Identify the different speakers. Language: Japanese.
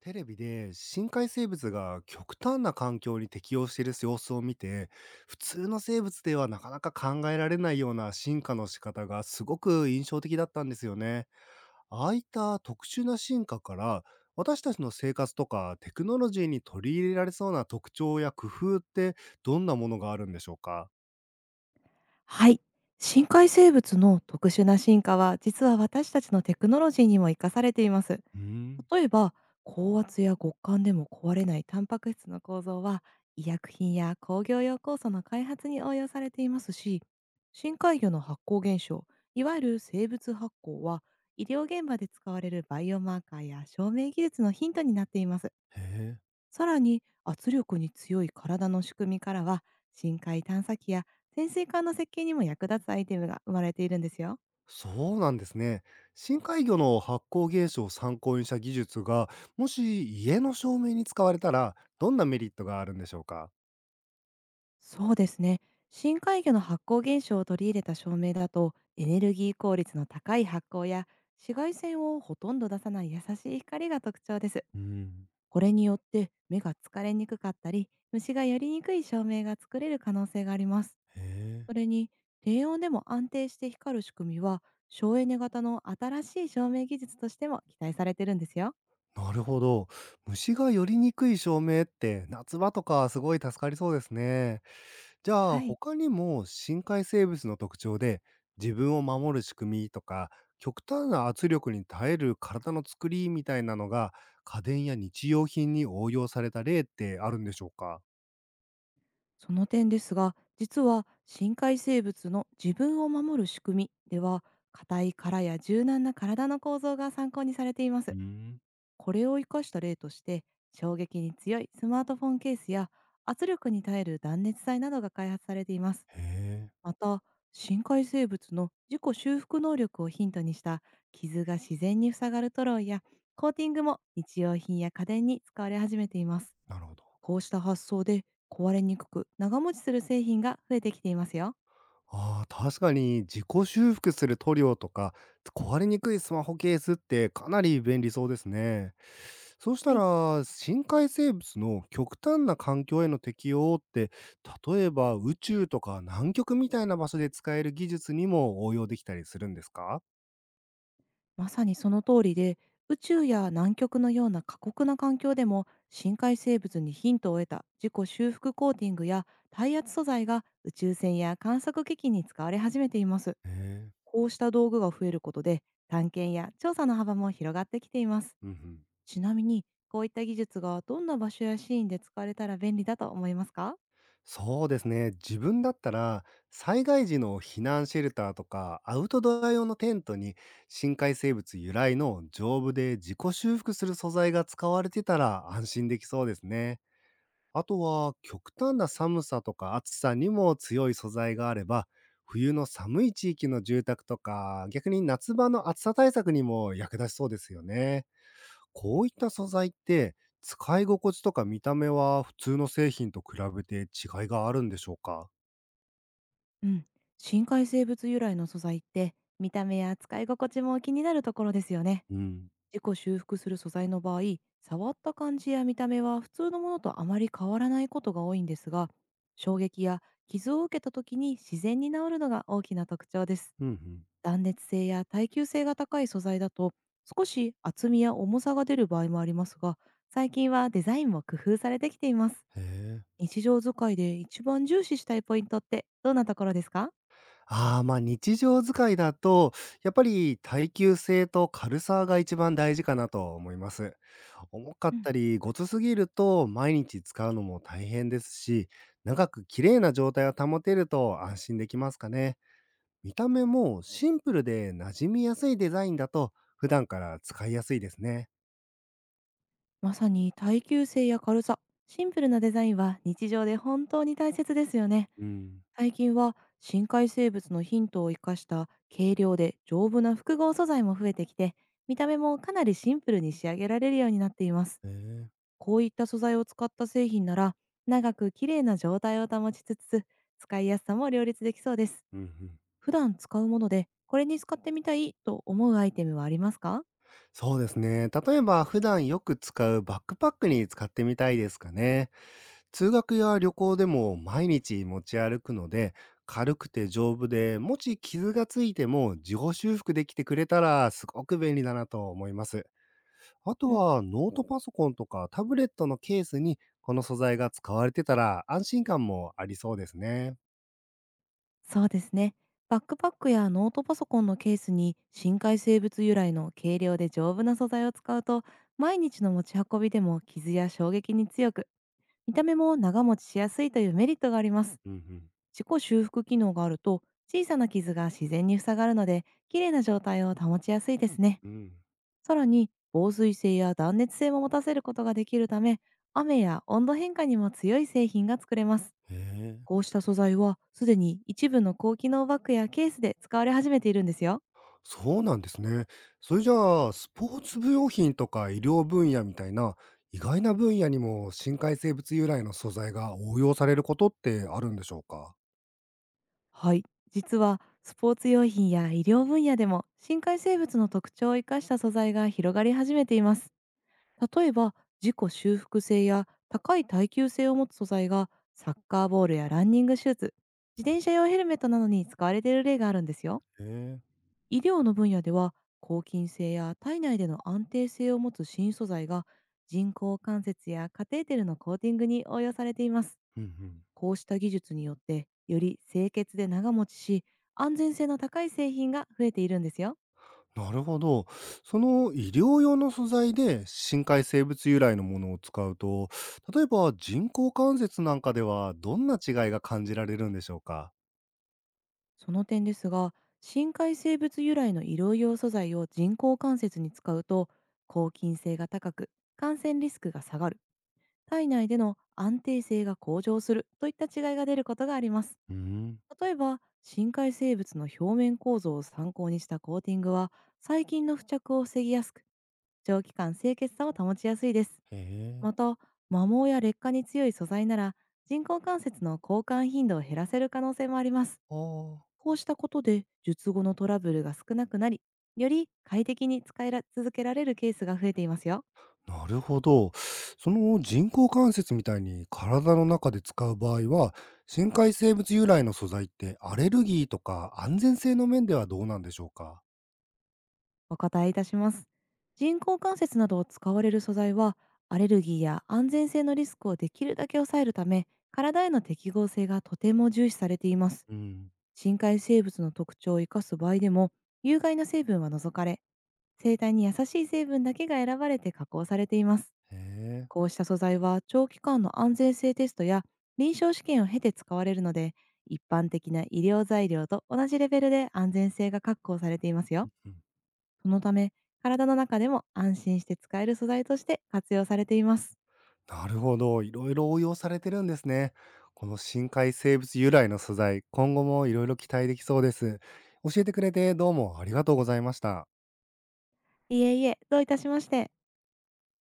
Speaker 1: テレビで深海生物が極端な環境に適応している様子を見て、普通の生物ではなかなか考えられないような進化の仕方がすごく印象的だったんですよね。ああいった特殊な進化から、私たちの生活とかテクノロジーに取り入れられそうな特徴や工夫って、どんなものがあるんでしょうか？
Speaker 2: はい。深海生物の特殊な進化は、実は私たちのテクノロジーにも生かされています。
Speaker 1: うーん。
Speaker 2: 例えば、高圧や極寒でも壊れないタンパク質の構造は、医薬品や工業用酵素の開発に応用されていますし、深海魚の発光現象、いわゆる生物発光は、医療現場で使われるバイオマーカーや照明技術のヒントになっています。
Speaker 1: へえ。
Speaker 2: さらに圧力に強い体の仕組みからは、深海探査機や潜水艦の設計にも役立つアイテムが生まれているんですよ。
Speaker 1: そうなんですね。深海魚の発光現象を参考にした技術が、もし家の照明に使われたら、どんなメリットがあるんでしょうか？
Speaker 2: そうですね。深海魚の発光現象を取り入れた照明だと、エネルギー効率の高い発光や紫外線をほとんど出さない優しい光が特徴です。
Speaker 1: うん、
Speaker 2: これによって、目が疲れにくかったり虫がやりにくい照明が作れる可能性があります。
Speaker 1: へえ、
Speaker 2: それに、低温でも安定して光る仕組みは、省エネ型の新しい照明技術としても期待されてるんですよ。
Speaker 1: なるほど。虫が寄りにくい照明って夏場とかすごい助かりそうですね。じゃあ
Speaker 2: はい。
Speaker 1: 他にも深海生物の特徴で、自分を守る仕組みとか極端な圧力に耐える体の作りみたいなのが、家電や日用品に応用された例ってあるんでしょうか？
Speaker 2: その点ですが、実は深海生物の自分を守る仕組みでは、硬い殻や柔軟な体の構造が参考にされていま
Speaker 1: う
Speaker 2: す。
Speaker 1: ーん。
Speaker 2: これを生かした例として、衝撃に強いスマートフォンケースや圧力に耐える断熱材などが開発されています。
Speaker 1: へえ、
Speaker 2: また、深海生物の自己修復能力をヒントにした傷が自然に塞がるトロイやコーティングも日用品や家電に使われ始めています。
Speaker 1: なるほど。
Speaker 2: こうした発想で、壊れにくく長持ちする製品が増えてきていますよ。
Speaker 1: ああ、確かに自己修復する塗料とか、壊れにくいスマホケースってかなり便利そうですね。そうした
Speaker 2: はい。
Speaker 1: ら、深海生物の極端な環境への適応って、例えば宇宙とか南極みたいな場所で使える技術にも応用できたりするんですか？
Speaker 2: まさにその通りで、宇宙や南極のような過酷な環境でも深海生物にヒントを得た自己修復コーティングや耐圧素材が宇宙船や観測機器に使われ始めています。
Speaker 1: へえ。
Speaker 2: こうした道具が増えることで、探検や調査の幅も広がってきています。
Speaker 1: うんうん。
Speaker 2: ちなみに、こういった技術がどんな場所やシーンで使われたら便利だと思いますか？
Speaker 1: そうですね。自分だったら、災害時の避難シェルターとか、アウトドア用のテントに、深海生物由来の丈夫で自己修復する素材が使われてたら安心できそうですね。あとは、極端な寒さとか暑さにも強い素材があれば、冬の寒い地域の住宅とか、逆に夏場の暑さ対策にも役立ちそうですよね。こういった素材って、使い心地とか見た目は普通の製品と比べて違いがあるんでしょうか？
Speaker 2: うん。深海生物由来の素材って、見た目や使い心地も気になるところですよね。
Speaker 1: うん。
Speaker 2: 自己修復する素材の場合、触った感じや見た目は普通のものとあまり変わらないことが多いんですが、衝撃や傷を受けた時に自然に治るのが大きな特徴です。
Speaker 1: うんうん。
Speaker 2: 断熱性や耐久性が高い素材だと、少し厚みや重さが出る場合もありますが、最近はデザインも工夫されてきています。
Speaker 1: へえ。
Speaker 2: 日常使いで一番重視したいポイントってどんなところですか？
Speaker 1: ああ、ま、日常使いだと、やっぱり耐久性と軽さが一番大事かなと思います。重か
Speaker 2: う
Speaker 1: っ
Speaker 2: ん、
Speaker 1: たり、ごつすぎると毎日使うのも大変ですし、長く綺麗な状態を保てると安心できますかね。見た目もシンプルで馴染みやすいデザインだと、普段から使いやすいですね。
Speaker 2: まさに耐久性や軽さ、シンプルなデザインは日常で本当に大切ですよね。
Speaker 1: うん。
Speaker 2: 最近は深海生物のヒントを生かした軽量で丈夫な複合素材も増えてきて、見た目もかなりシンプルに仕上げられるようになっています。
Speaker 1: へえ。
Speaker 2: こういった素材を使った製品なら、長く綺麗な状態を保ちつつ、使いやすさも両立できそうです。
Speaker 1: うんうん。
Speaker 2: 普段使うもので、これに使ってみたいと思うアイテムはありますか？
Speaker 1: そうですね。例えば普段よく使うバックパックに使ってみたいですかね。通学や旅行でも毎日持ち歩くので、軽くて丈夫で、もし傷がついても自己修復できてくれたらすごく便利だなと思います。あ
Speaker 2: う
Speaker 1: と
Speaker 2: ん、
Speaker 1: はノートパソコンとかタブレットのケースにこの素材が使われてたら安心感もありそうですね。
Speaker 2: そうですね。バックパックやノートパソコンのケースに深海生物由来の軽量で丈夫な素材を使うと、毎日の持ち運びでも傷や衝撃に強く、見た目も長持ちしやすいというメリットがあります。
Speaker 1: うんうん。
Speaker 2: 自己修復機能があると、小さな傷が自然に塞がるので綺麗な状態を保ちやすいですね。
Speaker 1: うん。
Speaker 2: さらに防水性や断熱性も持たせることができるため、雨や温度変化にも強い製品が作れます。
Speaker 1: へ
Speaker 2: こ
Speaker 1: え。
Speaker 2: うした素材はすでに一部の高機能バッグやケースで使われ始めているんですよ。
Speaker 1: そうなんですね。それじゃあ、スポーツ部用品とか医療分野みたいな意外な分野にも、深海生物由来の素材が応用されることってあるんでしょうか？
Speaker 2: はい。実はスポーツ用品や医療分野でも深海生物の特徴を生かした素材が広がり始めています。例えば、自己修復性や高い耐久性を持つ素材がサッカーボールやランニングシューズ、自転車用ヘルメットなどに使われている例があるんですよ。
Speaker 1: へえ。
Speaker 2: 医療の分野では、抗菌性や体内での安定性を持つ新素材が人工関節やカテーテルのコーティングに応用されています。
Speaker 1: うんうん。
Speaker 2: こうした技術によって、より清潔で長持ちし、安全性の高い製品が増えているんですよ。
Speaker 1: なるほど。その医療用の素材で深海生物由来のものを使うと、例えば人工関節なんかではどんな違いが感じられるんでしょうか？
Speaker 2: その点ですが、深海生物由来の医療用素材を人工関節に使うと、抗菌性が高く、感染リスクが下がる、体内での安定性が向上するといった違いが出ることがあります。
Speaker 1: うん。
Speaker 2: 例えば、深海生物の表面構造を参考にしたコーティングは、細菌の付着を防ぎやすく、長期間清潔さを保ちやすいです。
Speaker 1: へえ。
Speaker 2: また、摩耗や劣化に強い素材なら、人工関節の交換頻度を減らせる可能性もあります。
Speaker 1: ああ、
Speaker 2: こうしたことで術後のトラブルが少なくなり、より快適に使いら続けられるケースが増えていますよ。
Speaker 1: なるほど。その人工関節みたいに体の中で使う場合は、深海生物由来の素材ってアレルギーとか安全性の面ではどうなんでしょうか？
Speaker 2: お答えいたします。人工関節などを使われる素材は、アレルギーや安全性のリスクをできるだけ抑えるため、体への適合性がとても重視されています。
Speaker 1: うん、
Speaker 2: 深海生物の特徴を生かす場合でも、有害な成分は除かれ、生態に優しい成分だけが選ばれて加工されています。
Speaker 1: へえ、
Speaker 2: こうした素材は長期間の安全性テストや臨床試験を経て使われるので、一般的な医療材料と同じレベルで安全性が確保されていますよ。
Speaker 1: うん、
Speaker 2: そのため、体の中でも安心して使える素材として活用されています。
Speaker 1: なるほど。いろいろ応用されてるんですね。この深海生物由来の素材、今後もいろいろ期待できそうです。教えてくれてどうもありがとうございました。
Speaker 2: いえいえ、どういたしまして。